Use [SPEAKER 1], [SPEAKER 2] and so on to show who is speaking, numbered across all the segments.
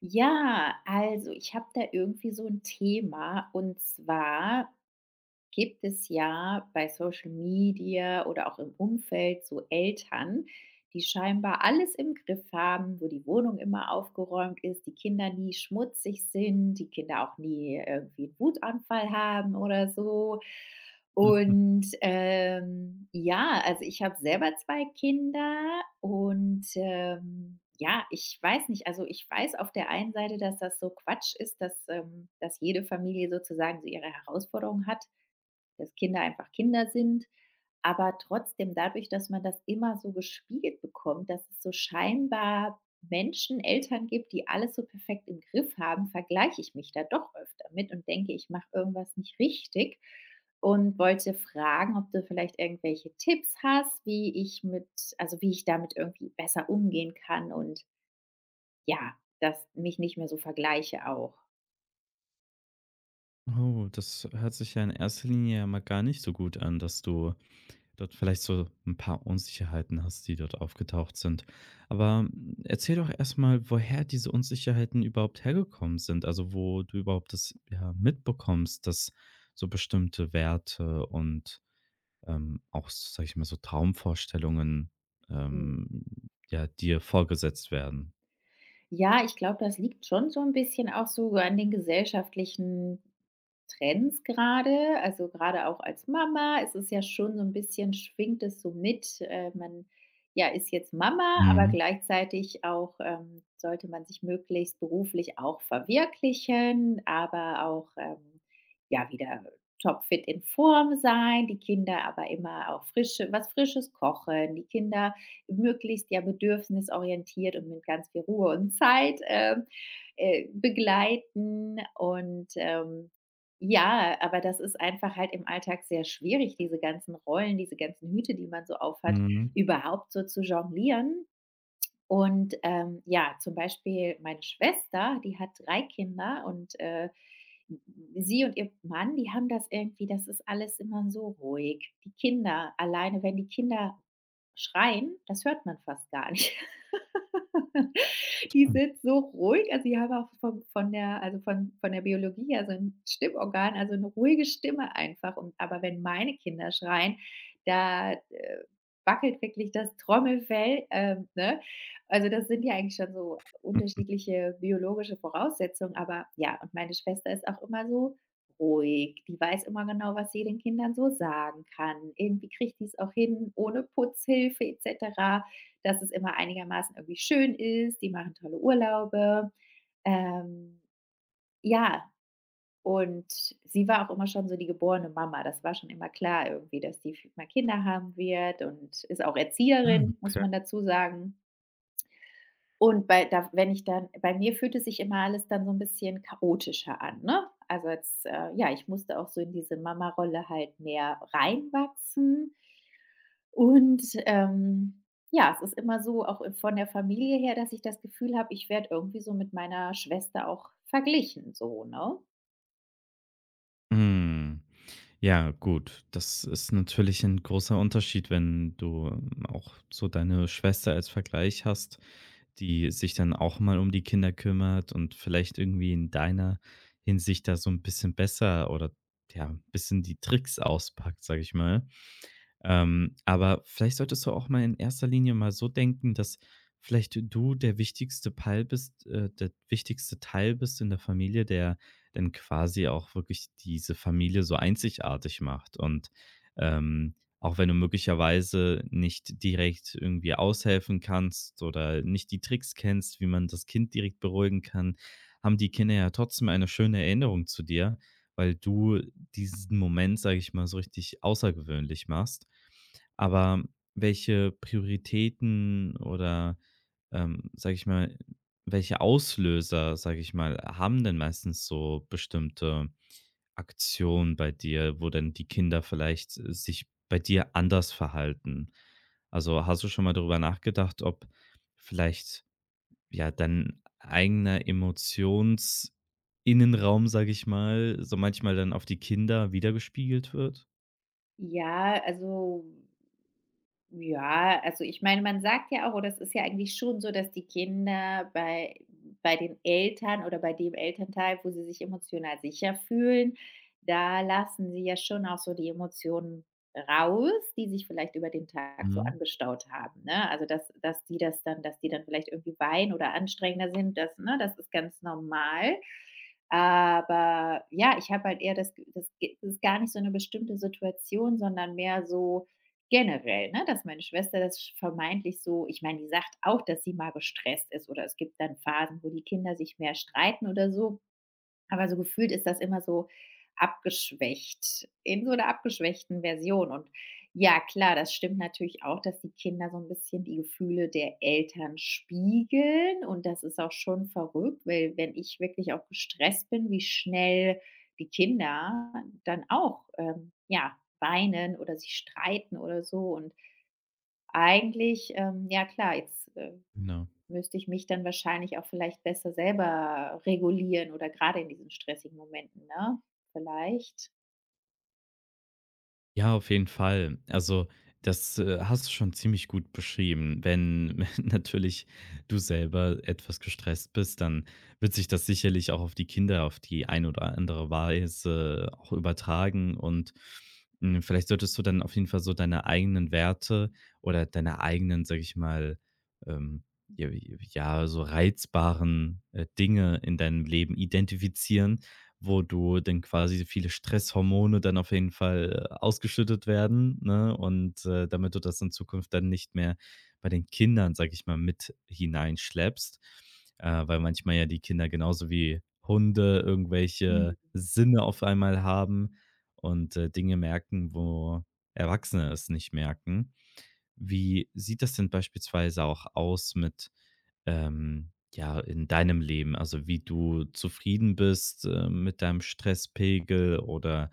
[SPEAKER 1] Ja, also ich habe da irgendwie so ein Thema, und zwar gibt es ja bei Social Media oder auch im Umfeld so Eltern, die scheinbar alles im Griff haben, wo die Wohnung immer aufgeräumt ist, die Kinder nie schmutzig sind, die Kinder auch nie irgendwie 'n Wutanfall haben oder so. Ja, also, ich habe selber 2 Kinder und ja, ich weiß nicht, also, ich weiß auf der einen Seite, dass das so Quatsch ist, dass dass jede Familie sozusagen so ihre Herausforderungen hat, dass Kinder einfach Kinder sind. Aber trotzdem, dadurch, dass man das immer so gespiegelt bekommt, dass es so scheinbar Menschen, Eltern gibt, die alles so perfekt im Griff haben, vergleiche ich mich da doch öfter mit und denke, ich mache irgendwas nicht richtig, und wollte fragen, ob du vielleicht irgendwelche Tipps hast, wie ich also wie ich damit irgendwie besser umgehen kann, und ja, dass mich nicht mehr so vergleiche auch.
[SPEAKER 2] Oh, das hört sich ja in erster Linie ja mal gar nicht so gut an, dass du dort vielleicht so ein paar Unsicherheiten hast, die dort aufgetaucht sind. Aber, erzähl doch erst mal, woher diese Unsicherheiten überhaupt hergekommen sind, also, wo du überhaupt das, ja, mitbekommst, dass so bestimmte Werte und, auch, sage ich mal, so Traumvorstellungen,
[SPEAKER 1] Hm.
[SPEAKER 2] ähm, ja, dir vorgesetzt werden.
[SPEAKER 1] Ja, ich glaube, das liegt schon so ein bisschen auch so an den gesellschaftlichen Trends gerade. Also, gerade auch als Mama ist es ja schon so ein bisschen, schwingt es so mit. Man, ja, ist jetzt Mama, aber
[SPEAKER 2] Mhm,
[SPEAKER 1] gleichzeitig auch, sollte man sich möglichst beruflich auch verwirklichen, aber auch, ja, wieder topfit in Form sein, die Kinder aber immer auch frische, was Frisches kochen, die Kinder möglichst ja bedürfnisorientiert und mit ganz viel Ruhe und Zeit, begleiten, und ja, aber das ist einfach halt im Alltag sehr schwierig, diese ganzen Rollen, diese ganzen Hüte, die man so aufhat,
[SPEAKER 2] mhm.
[SPEAKER 1] überhaupt so zu jonglieren. Ja, zum Beispiel meine Schwester, die hat 3 Kinder und sie und ihr Mann, die haben das irgendwie, das ist alles immer so ruhig. Die Kinder alleine, wenn die Kinder schreien, das hört man fast gar nicht. Die sind so ruhig, also, die haben auch von der, also, von der Biologie her so ein Stimmorgan, also, eine ruhige Stimme einfach, und aber wenn meine Kinder schreien, da wackelt wirklich das Trommelfell, ne? Also, das sind ja eigentlich schon so unterschiedliche biologische Voraussetzungen, aber ja, und meine Schwester ist auch immer so ruhig. Die weiß immer genau, was sie den Kindern so sagen kann. Irgendwie kriegt die es auch hin ohne Putzhilfe et cetera, dass es immer einigermaßen irgendwie schön ist. Die machen tolle Urlaube. Ähm, ja, und sie war auch immer schon so die geborene Mama. Das war schon immer klar irgendwie, dass die mal Kinder haben wird, und ist auch
[SPEAKER 2] Ah,
[SPEAKER 1] Erzieherin, muss
[SPEAKER 2] okay.
[SPEAKER 1] man dazu sagen. Und bei, da, wenn ich dann, bei mir fühlte sich immer alles dann so ein bisschen chaotischer an, ne? Also jetzt, ja, ich musste auch so in diese Mama-Rolle halt mehr reinwachsen. Und, ähm, ja, es ist immer so, auch, von der Familie her, dass ich das Gefühl habe, ich werde irgendwie so mit meiner Schwester auch verglichen so, ne?
[SPEAKER 2] Mhm. Ja, gut. Das ist natürlich ein großer Unterschied, wenn du, auch so deine Schwester als Vergleich hast, die sich dann auch mal um die Kinder kümmert und vielleicht irgendwie in deiner Hinsicht da so ein bisschen besser oder, ja, ein bisschen die Tricks auspackt, sage ich mal. Aber vielleicht solltest du auch mal in erster Linie mal so denken, dass vielleicht du der wichtigste Teil bist, der wichtigste Teil bist in der Familie, der dann quasi auch wirklich diese Familie so einzigartig macht. Und ähm, auch wenn du möglicherweise nicht direkt irgendwie aushelfen kannst oder nicht die Tricks kennst, wie man das Kind direkt beruhigen kann, haben die Kinder ja trotzdem eine schöne Erinnerung zu dir, weil du diesen Moment, sage ich mal, so richtig außergewöhnlich machst. Aber welche Prioritäten oder, sage ich mal, welche Auslöser, sage ich mal, haben denn meistens so bestimmte Aktionen bei dir, wo dann die Kinder vielleicht sich bei dir anders verhalten? Also hast du schon mal darüber nachgedacht, ob vielleicht ja, dein eigener Emotionsinnenraum, innenraum sage ich mal, so manchmal dann auf die Kinder wiedergespiegelt wird?
[SPEAKER 1] Ja, ja, also ich meine, man sagt ja auch, oder es ist ja eigentlich schon so, dass die Kinder bei den Eltern oder bei dem Elternteil, wo sie sich emotional sicher fühlen, da lassen sie ja schon auch so die Emotionen raus, die sich vielleicht über den Tag so
[SPEAKER 2] Mhm,
[SPEAKER 1] angestaut haben, ne? Also, dass die das dann dass die dann vielleicht irgendwie weinen oder anstrengender sind, das, ne, das ist ganz normal. Aber ja, ich habe halt eher das Ge das Ge das ist gar nicht so eine bestimmte Situation, sondern mehr so generell, ne, dass meine Schwester das sch vermeintlich so, ich meine, die sagt auch, dass sie mal gestresst ist, oder es gibt dann Phasen, wo die Kinder sich mehr streiten oder so. Aber so gefühlt ist das immer so abgeschwächt, in so einer abgeschwächten Version. Und ja, klar, das stimmt natürlich auch, dass die Kinder so ein bisschen die Gefühle der Eltern spiegeln. Und das ist auch schon verrückt, weil wenn ich wirklich auch gestresst bin, wie schnell die Kinder dann auch, ja, weinen oder sich streiten oder so. Und eigentlich, ja klar, jetzt,
[SPEAKER 2] genau.
[SPEAKER 1] müsste ich mich dann wahrscheinlich auch vielleicht besser selber regulieren, oder gerade in diesen stressigen Momenten, ne? Vielleicht?
[SPEAKER 2] Ja, auf jeden Fall. Also, das, hast du schon ziemlich gut beschrieben. Wenn natürlich du selber etwas gestresst bist, dann wird sich das sicherlich auch auf die Kinder auf die ein oder andere Weise auch übertragen und, vielleicht solltest du dann auf jeden Fall so deine eigenen Werte oder deine eigenen, sag ich mal, ähm, j ja, so reizbaren, Dinge in deinem Leben identifizieren wo du dann quasi viele Stresshormone dann auf jeden Fall ausgeschüttet werden, ne? Und, damit du das in Zukunft dann nicht mehr bei den Kindern, sage ich mal, mit hineinschleppst, weil manchmal ja die Kinder genauso wie Hunde irgendwelche
[SPEAKER 1] Mhm.
[SPEAKER 2] Sinne auf einmal haben und, Dinge merken, wo Erwachsene es nicht merken. Wie sieht das denn beispielsweise auch aus mit, ja, in deinem Leben? Also, wie du zufrieden bist, mit deinem Stresspegel oder,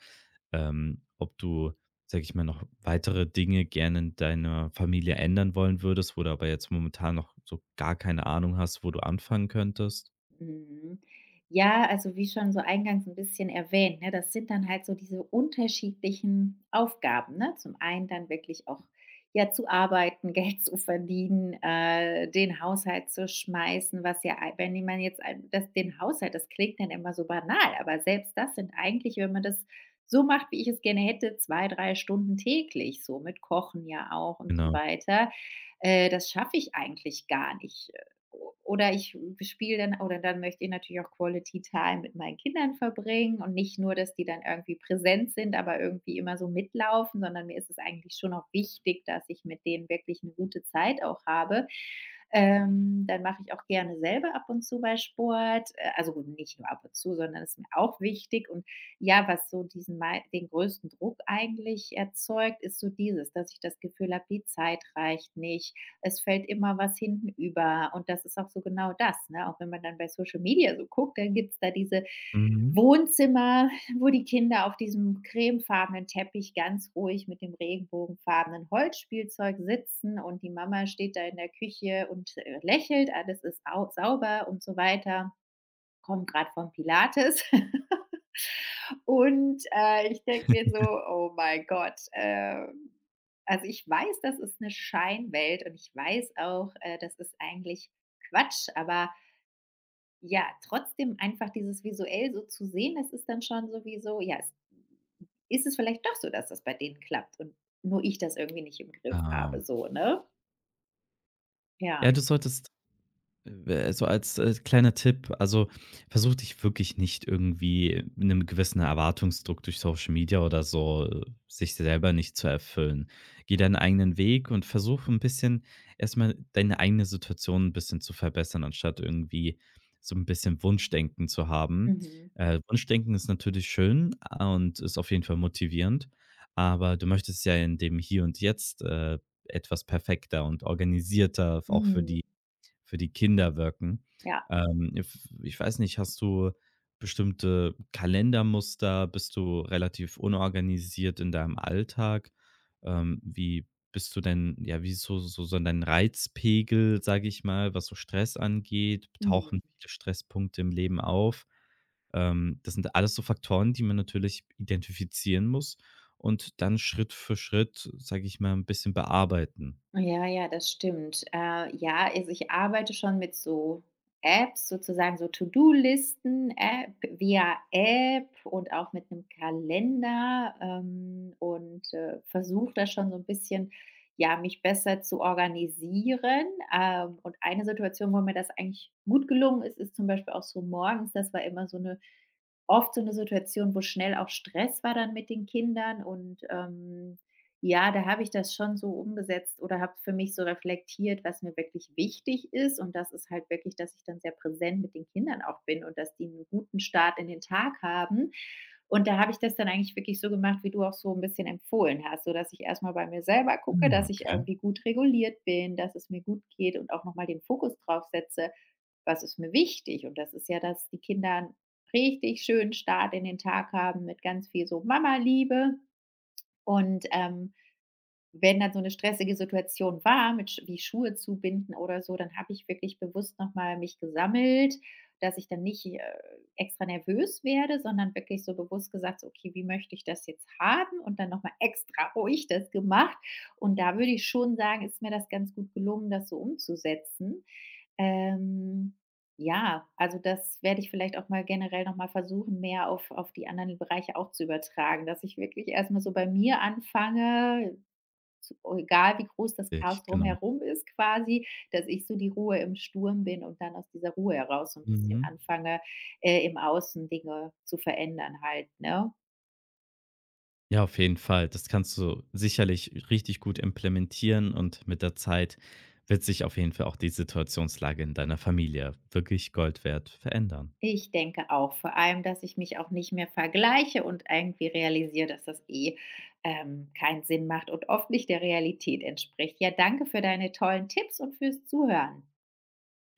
[SPEAKER 2] ob du, sage ich mal, noch weitere Dinge gerne in deiner Familie ändern wollen würdest, wo du aber jetzt momentan noch so gar keine Ahnung hast, wo du anfangen könntest?
[SPEAKER 1] Mhm. Ja, also wie schon so eingangs ein bisschen erwähnt, ne, das sind dann halt so diese unterschiedlichen Aufgaben, ne? Zum einen dann wirklich auch, ja, zu arbeiten, Geld zu verdienen, den Haushalt zu schmeißen, was ja, ei wenn man jetzt ein, das, den Haushalt, das klingt dann immer so banal, aber selbst das sind eigentlich, wenn man das so macht, wie ich es gerne hätte, 2 3 Stunden täglich, so mit Kochen ja auch und so
[SPEAKER 2] Genau.
[SPEAKER 1] weiter. Das schaffe ich eigentlich gar nicht, oder ich spiele dann, oder dann möchte ich natürlich auch Quality Time mit meinen Kindern verbringen und nicht nur, dass die dann irgendwie präsent sind, aber irgendwie immer so mitlaufen, sondern mir ist es eigentlich schon auch wichtig, dass ich mit denen wirklich eine gute Zeit auch habe. Dann mache ich auch gerne selber ab und zu mal Sport. Also gut, nicht nur ab und zu, sondern es ist mir auch wichtig. Und ja, was so diesen mei den größten Druck eigentlich erzeugt, ist so dieses, dass ich das Gefühl habe, die Zeit reicht nicht, es fällt immer was hinten über. Und das ist auch so genau das, ne? Auch wenn man dann bei Social Media so guckt, dann gibt's da diese
[SPEAKER 2] Mhm.
[SPEAKER 1] Wohnzimmer, wo die Kinder auf diesem cremefarbenen Teppich ganz ruhig mit dem regenbogenfarbenen Holzspielzeug sitzen, und die Mama steht da in der Küche und, lächelt, alles ist au sauber und so weiter. Kommt gerade vom Pilates. Und, ich denke mir so: „Oh mein Gott“, also, ich weiß, das ist eine Scheinwelt, und ich weiß auch, das ist eigentlich Quatsch, aber ja, trotzdem einfach dieses visuell so zu sehen, das ist dann schon sowieso, ja, es, ist es vielleicht doch so, dass das bei denen klappt und nur ich das irgendwie nicht im Griff
[SPEAKER 2] Ah.
[SPEAKER 1] habe so, ne? Ja.
[SPEAKER 2] Ja, du solltest, so als, kleiner Tipp, also, versuch dich wirklich nicht irgendwie mit einem gewissen Erwartungsdruck durch Social Media oder so sich selber nicht zu erfüllen. Geh deinen eigenen Weg und versuch ein bisschen erstmal deine eigene Situation ein bisschen zu verbessern, anstatt irgendwie so ein bisschen Wunschdenken zu haben.
[SPEAKER 1] Mhm.
[SPEAKER 2] Wunschdenken ist natürlich schön und ist auf jeden Fall motivierend, aber du möchtest ja in dem Hier und Jetzt, etwas perfekter und organisierter, auch
[SPEAKER 1] Mhm.
[SPEAKER 2] für die Kinder wirken.
[SPEAKER 1] Ja.
[SPEAKER 2] If ich weiß nicht, hast du bestimmte Kalendermuster? Bist du relativ unorganisiert in deinem Alltag? Wie bist du denn ja, wie ist so so so dein Reizpegel, sage ich mal, was so Stress angeht?
[SPEAKER 1] Mhm.
[SPEAKER 2] Tauchen viele Stresspunkte im Leben auf? Das sind alles so Faktoren, die man natürlich identifizieren muss und dann Schritt für Schritt, sage ich mal, ein bisschen bearbeiten.
[SPEAKER 1] Ja, ja, das stimmt. Ja, also ich arbeite schon mit so Apps, sozusagen so To-Do-Listen-App via App, und auch mit einem Kalender, und versuche da schon so ein bisschen, ja, mich besser zu organisieren. Und eine Situation, wo mir das eigentlich gut gelungen ist, ist zum Beispiel auch so morgens. Das war immer so eine, oft so eine Situation, wo schnell auch Stress war dann mit den Kindern und ja, da habe ich das schon so umgesetzt oder habe für mich so reflektiert, was mir wirklich wichtig ist. Und das ist halt wirklich, dass ich dann sehr präsent mit den Kindern auch bin und dass die einen guten Start in den Tag haben. Und da habe ich das dann eigentlich wirklich so gemacht, wie du auch so ein bisschen empfohlen hast, so dass ich erstmal bei mir selber gucke,
[SPEAKER 2] Hm,
[SPEAKER 1] dass ich
[SPEAKER 2] okay.
[SPEAKER 1] irgendwie gut reguliert bin, dass es mir gut geht und auch noch mal den Fokus drauf setze: „Was ist mir wichtig?“ Und das ist ja, dass die Kinder richtig schönen Start in den Tag haben mit ganz viel so Mama-Liebe und wenn dann so 'ne stressige Situation war mit Schuhe zubinden oder so, dann habe ich wirklich bewusst noch mal mich gesammelt, dass ich dann nicht, extra nervös werde, sondern wirklich so bewusst gesagt: „So, okay, wie möchte ich das jetzt haben?“ Und dann noch mal extra ruhig das gemacht. Und da würde ich schon sagen, ist mir das ganz gut gelungen, das so umzusetzen. Ähm, ja, also das werde ich vielleicht auch mal generell noch mal versuchen, mehr auf die anderen Bereiche auch zu übertragen, dass ich wirklich erst mal so bei mir anfange, zu, egal wie groß das Chaos
[SPEAKER 2] Richtig, genau.
[SPEAKER 1] drumherum ist quasi, dass ich so die Ruhe im Sturm bin und dann aus dieser Ruhe heraus so ein bisschen
[SPEAKER 2] Mhm.
[SPEAKER 1] anfange, im Außen Dinge zu verändern halt, ne?
[SPEAKER 2] Ja, auf jeden Fall. Das kannst du sicherlich richtig gut implementieren und mit der Zeit wird sich auf jeden Fall auch die Situationslage in deiner Familie wirklich Gold wert verändern.
[SPEAKER 1] Ich denke auch, vor allem, dass ich mich auch nicht mehr vergleiche und irgendwie realisiere, dass das eh, keinen Sinn macht und oft nicht der Realität entspricht. Ja, danke für deine tollen Tipps und fürs Zuhören.